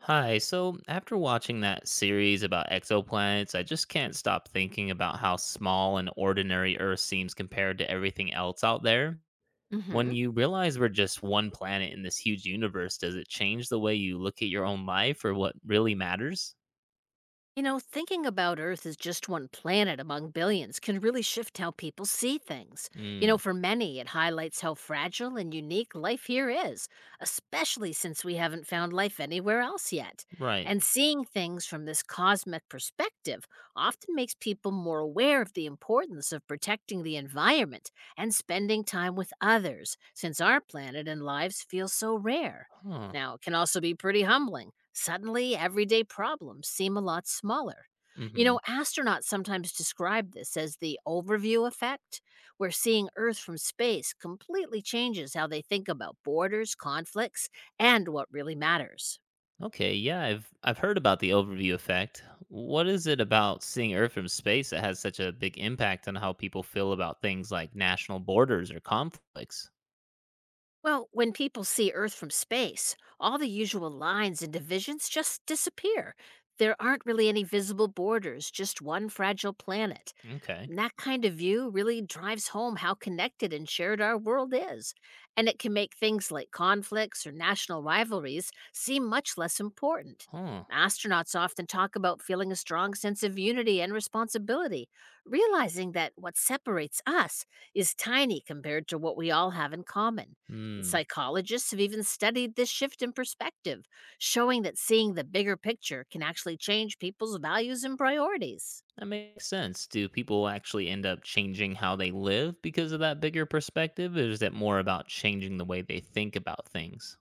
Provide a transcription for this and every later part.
Hi, so after watching that series about exoplanets, I just can't stop thinking about how small and ordinary Earth seems compared to everything else out there. When hmm you realize we're just one planet in this huge universe, does it change the way you look at your own life or what really matters? You know, thinking about Earth as just one planet among billions can really shift how people see things. You know, Mm, for many, it highlights how fragile and unique life here is, especially since we haven't found life anywhere else yet. right. And seeing things from this cosmic perspective often makes people more aware of the importance of protecting the environment and spending time with others, since our planet and lives feel so rare. Huh. Now, it can also be pretty humbling. Suddenly, everyday problems seem a lot smaller. You Mhm. know, astronauts sometimes describe this as the overview effect, where seeing Earth from space completely changes how they think about borders, conflicts, and what really matters. Okay, yeah, I've heard about the overview effect. What is it about seeing Earth from space that has such a big impact on how people feel about things like national borders or conflicts? Well, when people see Earth from space, all the usual lines and divisions just disappear. There aren't really any visible borders, just one fragile planet. Okay. That kind of view really drives home how connected and shared our world is, and it can make things like conflicts or national rivalries seem much less important. Huh. Astronauts often talk about feeling a strong sense of unity and responsibility, realizing that what separates us is tiny compared to what we all have in common. And Hmm. psychologists have even studied this shift in perspective, showing that seeing the bigger picture can actually change people's values and priorities. That makes sense. Do people actually end up changing how they live because of that bigger perspective? Or is it more about changing the way they think about things?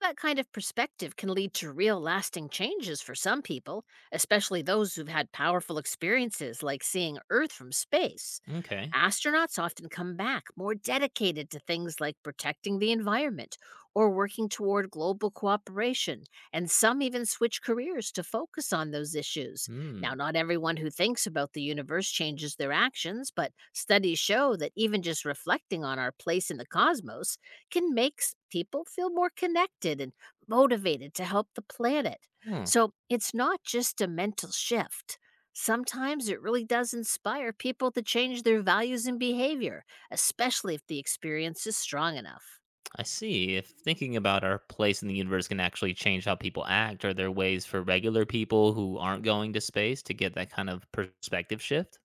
That kind of perspective can lead to real lasting changes for some people, especially those who've had powerful experiences like seeing Earth from space. Okay. Astronauts often come back more dedicated to things like protecting the environment or working toward global cooperation, and some even switch careers to focus on those issues. Now, Hmm. not everyone who thinks about the universe changes their actions, but studies show that even just reflecting on our place in the cosmos can people feel more connected and motivated to help the planet. Huh. So it's not just a mental shift. Sometimes it really does inspire people to change their values and behavior, especially if the experience is strong enough. I see. If thinking about our place in the universe can actually change how people act, are there ways for regular people who aren't going to space to get that kind of perspective shift?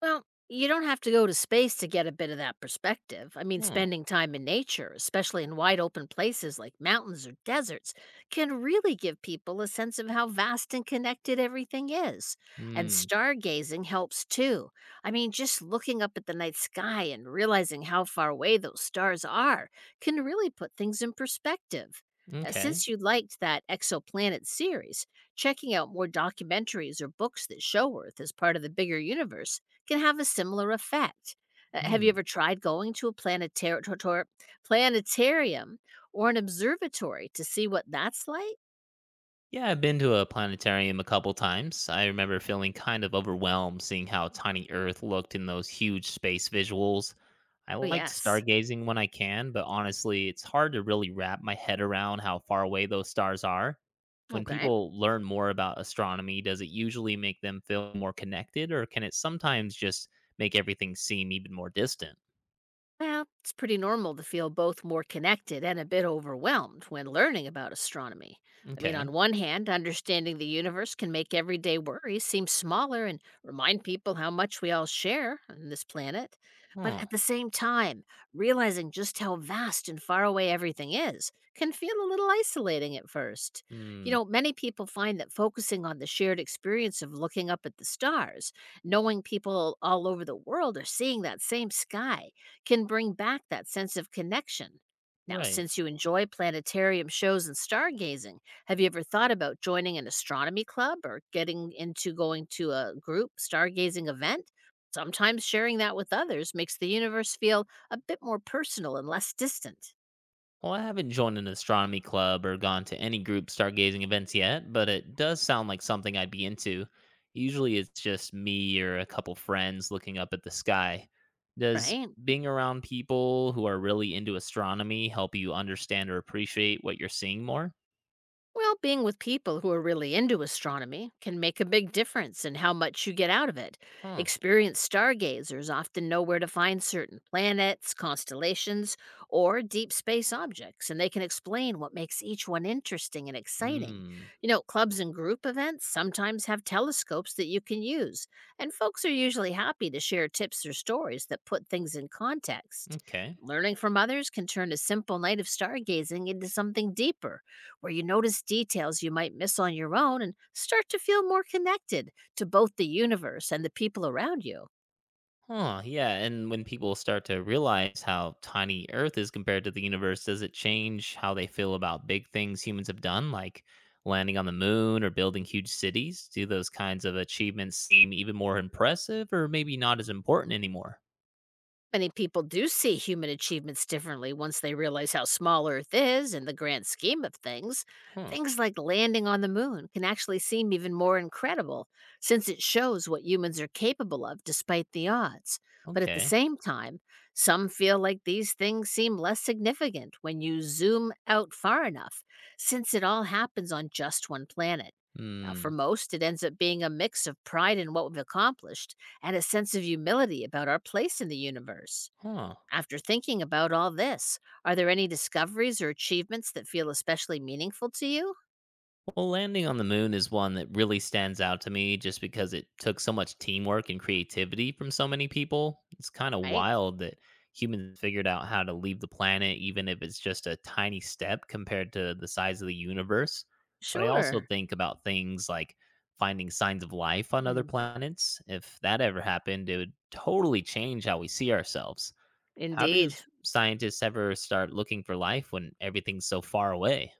Well, you don't have to go to space to get a bit of that perspective. I mean, Huh. spending time in nature, especially in wide open places like mountains or deserts, can really give people a sense of how vast and connected everything is. And Hmm. stargazing helps too. I mean, just looking up at the night sky and realizing how far away those stars are can really put things in perspective. Okay. Since you liked that exoplanet series, checking out more documentaries or books that show Earth as part of the bigger universe can have a similar effect. Have you Hmm. ever tried going to a planetarium or an observatory to see what that's like? Yeah, I've been to a planetarium a couple times. I remember feeling kind of overwhelmed seeing how tiny Earth looked in those huge space visuals. I Oh, like yes. stargazing when I can, but honestly, it's hard to really wrap my head around how far away those stars are. When Okay. people learn more about astronomy, does it usually make them feel more connected, or can it sometimes just make everything seem even more distant? Well, it's pretty normal to feel both more connected and a bit overwhelmed when learning about astronomy. I mean, Okay. on one hand, understanding the universe can make everyday worries seem smaller and remind people how much we all share on this planet. But Huh. at the same time, realizing just how vast and far away everything is can feel a little isolating at first. You Hmm. know, many people find that focusing on the shared experience of looking up at the stars, knowing people all over the world are seeing that same sky, can bring back that sense of connection. Now, Right. since you enjoy planetarium shows and stargazing, have you ever thought about joining an astronomy club or getting into going to a group stargazing event? Sometimes sharing that with others makes the universe feel a bit more personal and less distant, Well, I haven't joined an astronomy club or gone to any group stargazing events yet, but it does sound like something I'd be into. Usually it's just me or a couple friends looking up at the sky. Does right? being around people who are really into astronomy help you understand or appreciate what you're seeing more? Well, being with people who are really into astronomy can make a big difference in how much you get out of it. Huh. Experienced stargazers often know where to find certain planets, constellations, or deep space objects, and they can explain what makes each one interesting and exciting. Hmm. You know, clubs and group events sometimes have telescopes that you can use, and folks are usually happy to share tips or stories that put things in context. Okay. Learning from others can turn a simple night of stargazing into something deeper where you notice details you might miss on your own and start to feel more connected to both the universe and the people around you. Huh, yeah. And when people start to realize how tiny Earth is compared to the universe, does it change how they feel about big things humans have done, like landing on the moon or building huge cities? Do those kinds of achievements seem even more impressive or maybe not as important anymore? Many people do see human achievements differently once they realize how small Earth is in the grand scheme of things. Huh, Things like landing on the moon can actually seem even more incredible since it shows what humans are capable of despite the odds. But at the okay. same time, some feel like these things seem less significant when you zoom out far enough, since it all happens on just one planet. Now, for Hmm, most, it ends up being a mix of pride in what we've accomplished and a sense of humility about our place in the universe. huh. After thinking about all this, are there any discoveries or achievements that feel especially meaningful to you? Well, landing on the moon is one that really stands out to me just because it took so much teamwork and creativity from so many people. It's kind of Right? wild that humans figured out how to leave the planet, even if it's just a tiny step compared to the size of the universe. But I also Sure. think about things like finding signs of life on other Mm, planets. If that ever happened, it would totally change how we see ourselves. How do indeed. scientists ever start looking for life when everything's so far away?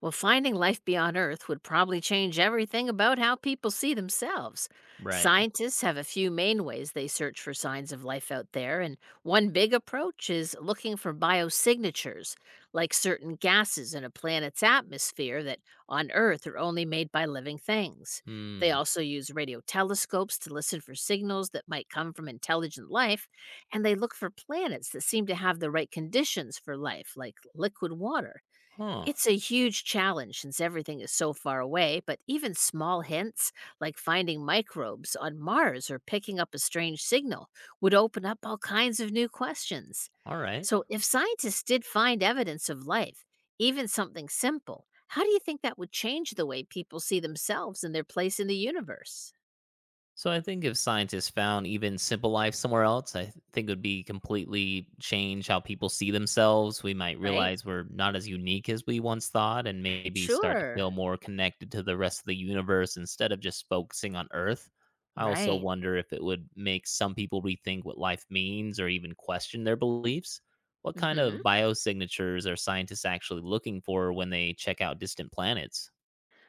Well, finding life beyond Earth would probably change everything about how people see themselves. Right. Scientists have a few main ways they search for signs of life out there, and one big approach is looking for biosignatures, like certain gases in a planet's atmosphere that on Earth are only made by living things. They Hmm. also use radio telescopes to listen for signals that might come from intelligent life, and they look for planets that seem to have the right conditions for life, like liquid water. Huh. It's a huge challenge since everything is so far away, but even small hints, like finding microbes on Mars or picking up a strange signal, would open up all kinds of new questions. All right. So, if scientists did find evidence of life, even something simple, how do you think that would change the way people see themselves and their place in the universe? So I think if scientists found even simple life somewhere else, I think it would be completely change how people see themselves. We might Right? realize we're not as unique as we once thought and maybe start to Sure. feel more connected to the rest of the universe instead of just focusing on Earth. I also Right. wonder if it would make some people rethink what life means or even question their beliefs. What kind hmm of biosignatures are scientists actually looking for when they check out distant planets?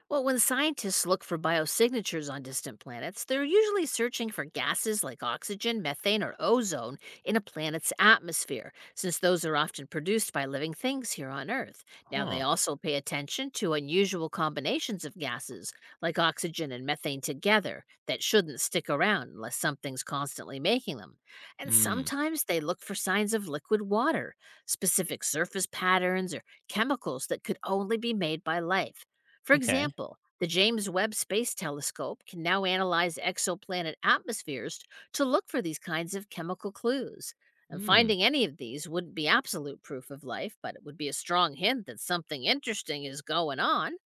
Well, when scientists look for biosignatures on distant planets, they're usually searching for gases like oxygen, methane, or ozone in a planet's atmosphere, since those are often produced by living things here on Earth. Now, they Huh. also pay attention to unusual combinations of gases, like oxygen and methane together, that shouldn't stick around unless something's constantly making them. And Hmm. sometimes they look for signs of liquid water, specific surface patterns, or chemicals that could only be made by life. For Okay. example, the James Webb Space Telescope can now analyze exoplanet atmospheres to look for these kinds of chemical clues. And Hmm. finding any of these wouldn't be absolute proof of life, but it would be a strong hint that something interesting is going on.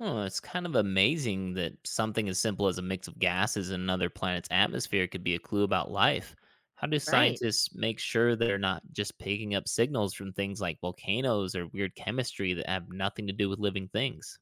Oh, it's kind of amazing that something as simple as a mix of gases in another planet's atmosphere could be a clue about life. How do Right. scientists make sure they're not just picking up signals from things like volcanoes or weird chemistry that have nothing to do with living things?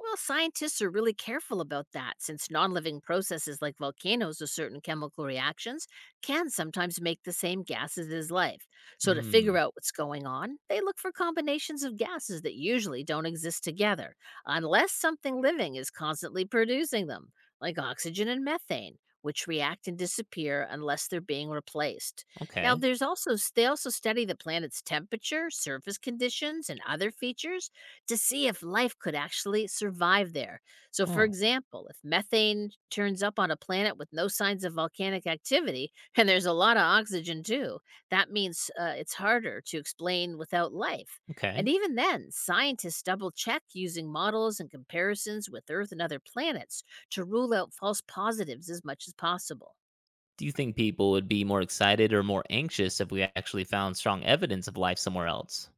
Well, scientists are really careful about that since non living processes like volcanoes or certain chemical reactions can sometimes make the same gases as life. So, to figure Hmm. out what's going on, they look for combinations of gases that usually don't exist together, unless something living is constantly producing them, like oxygen and methane. Which react and disappear unless they're being replaced. Now, Okay. there's also they also study the planet's temperature, surface conditions, and other features to see if life could actually survive there. So, for Huh. example, if methane turns up on a planet with no signs of volcanic activity, and there's a lot of oxygen too, that means it's harder to explain without life. And Okay. even then, scientists double check using models and comparisons with Earth and other planets to rule out false positives as much as possible. Do you think people would be more excited or more anxious if we actually found strong evidence of life somewhere else?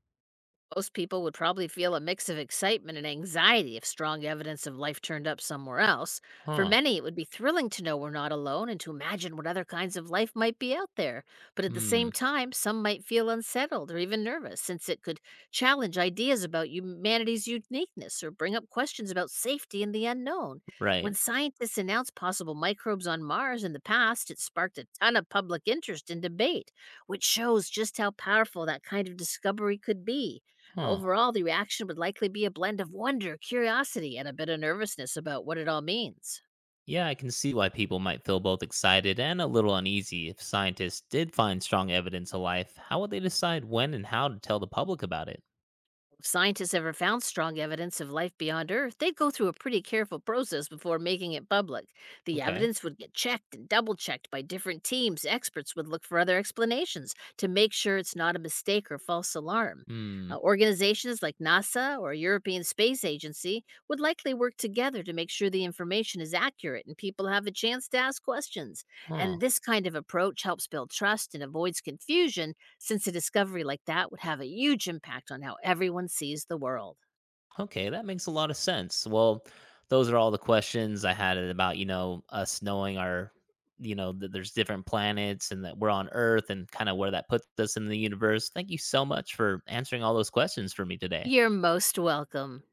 Most people would probably feel a mix of excitement and anxiety if strong evidence of life turned up somewhere else. For Huh. many, it would be thrilling to know we're not alone and to imagine what other kinds of life might be out there. But at the Hmm. same time, some might feel unsettled or even nervous since it could challenge ideas about humanity's uniqueness or bring up questions about safety and the unknown. When Right. scientists announced possible microbes on Mars in the past, it sparked a ton of public interest and debate, which shows just how powerful that kind of discovery could be. Huh. Overall, the reaction would likely be a blend of wonder, curiosity, and a bit of nervousness about what it all means. Yeah, I can see why people might feel both excited and a little uneasy. If scientists did find strong evidence of life, how would they decide when and how to tell the public about it? If scientists ever found strong evidence of life beyond Earth, they'd go through a pretty careful process before making it public. The Okay. evidence would get checked and double checked by different teams. Experts would look for other explanations to make sure it's not a mistake or false alarm. Hmm. Organizations like NASA or European Space Agency would likely work together to make sure the information is accurate and people have a chance to ask questions. Huh. And this kind of approach helps build trust and avoids confusion since a discovery like that would have a huge impact on how everyone sees the world. Okay, that makes a lot of sense. Well, those are all the questions I had about, us knowing our, that there's different planets and that we're on Earth and kind of where that puts us in the universe. Thank you so much for answering all those questions for me today. You're most welcome.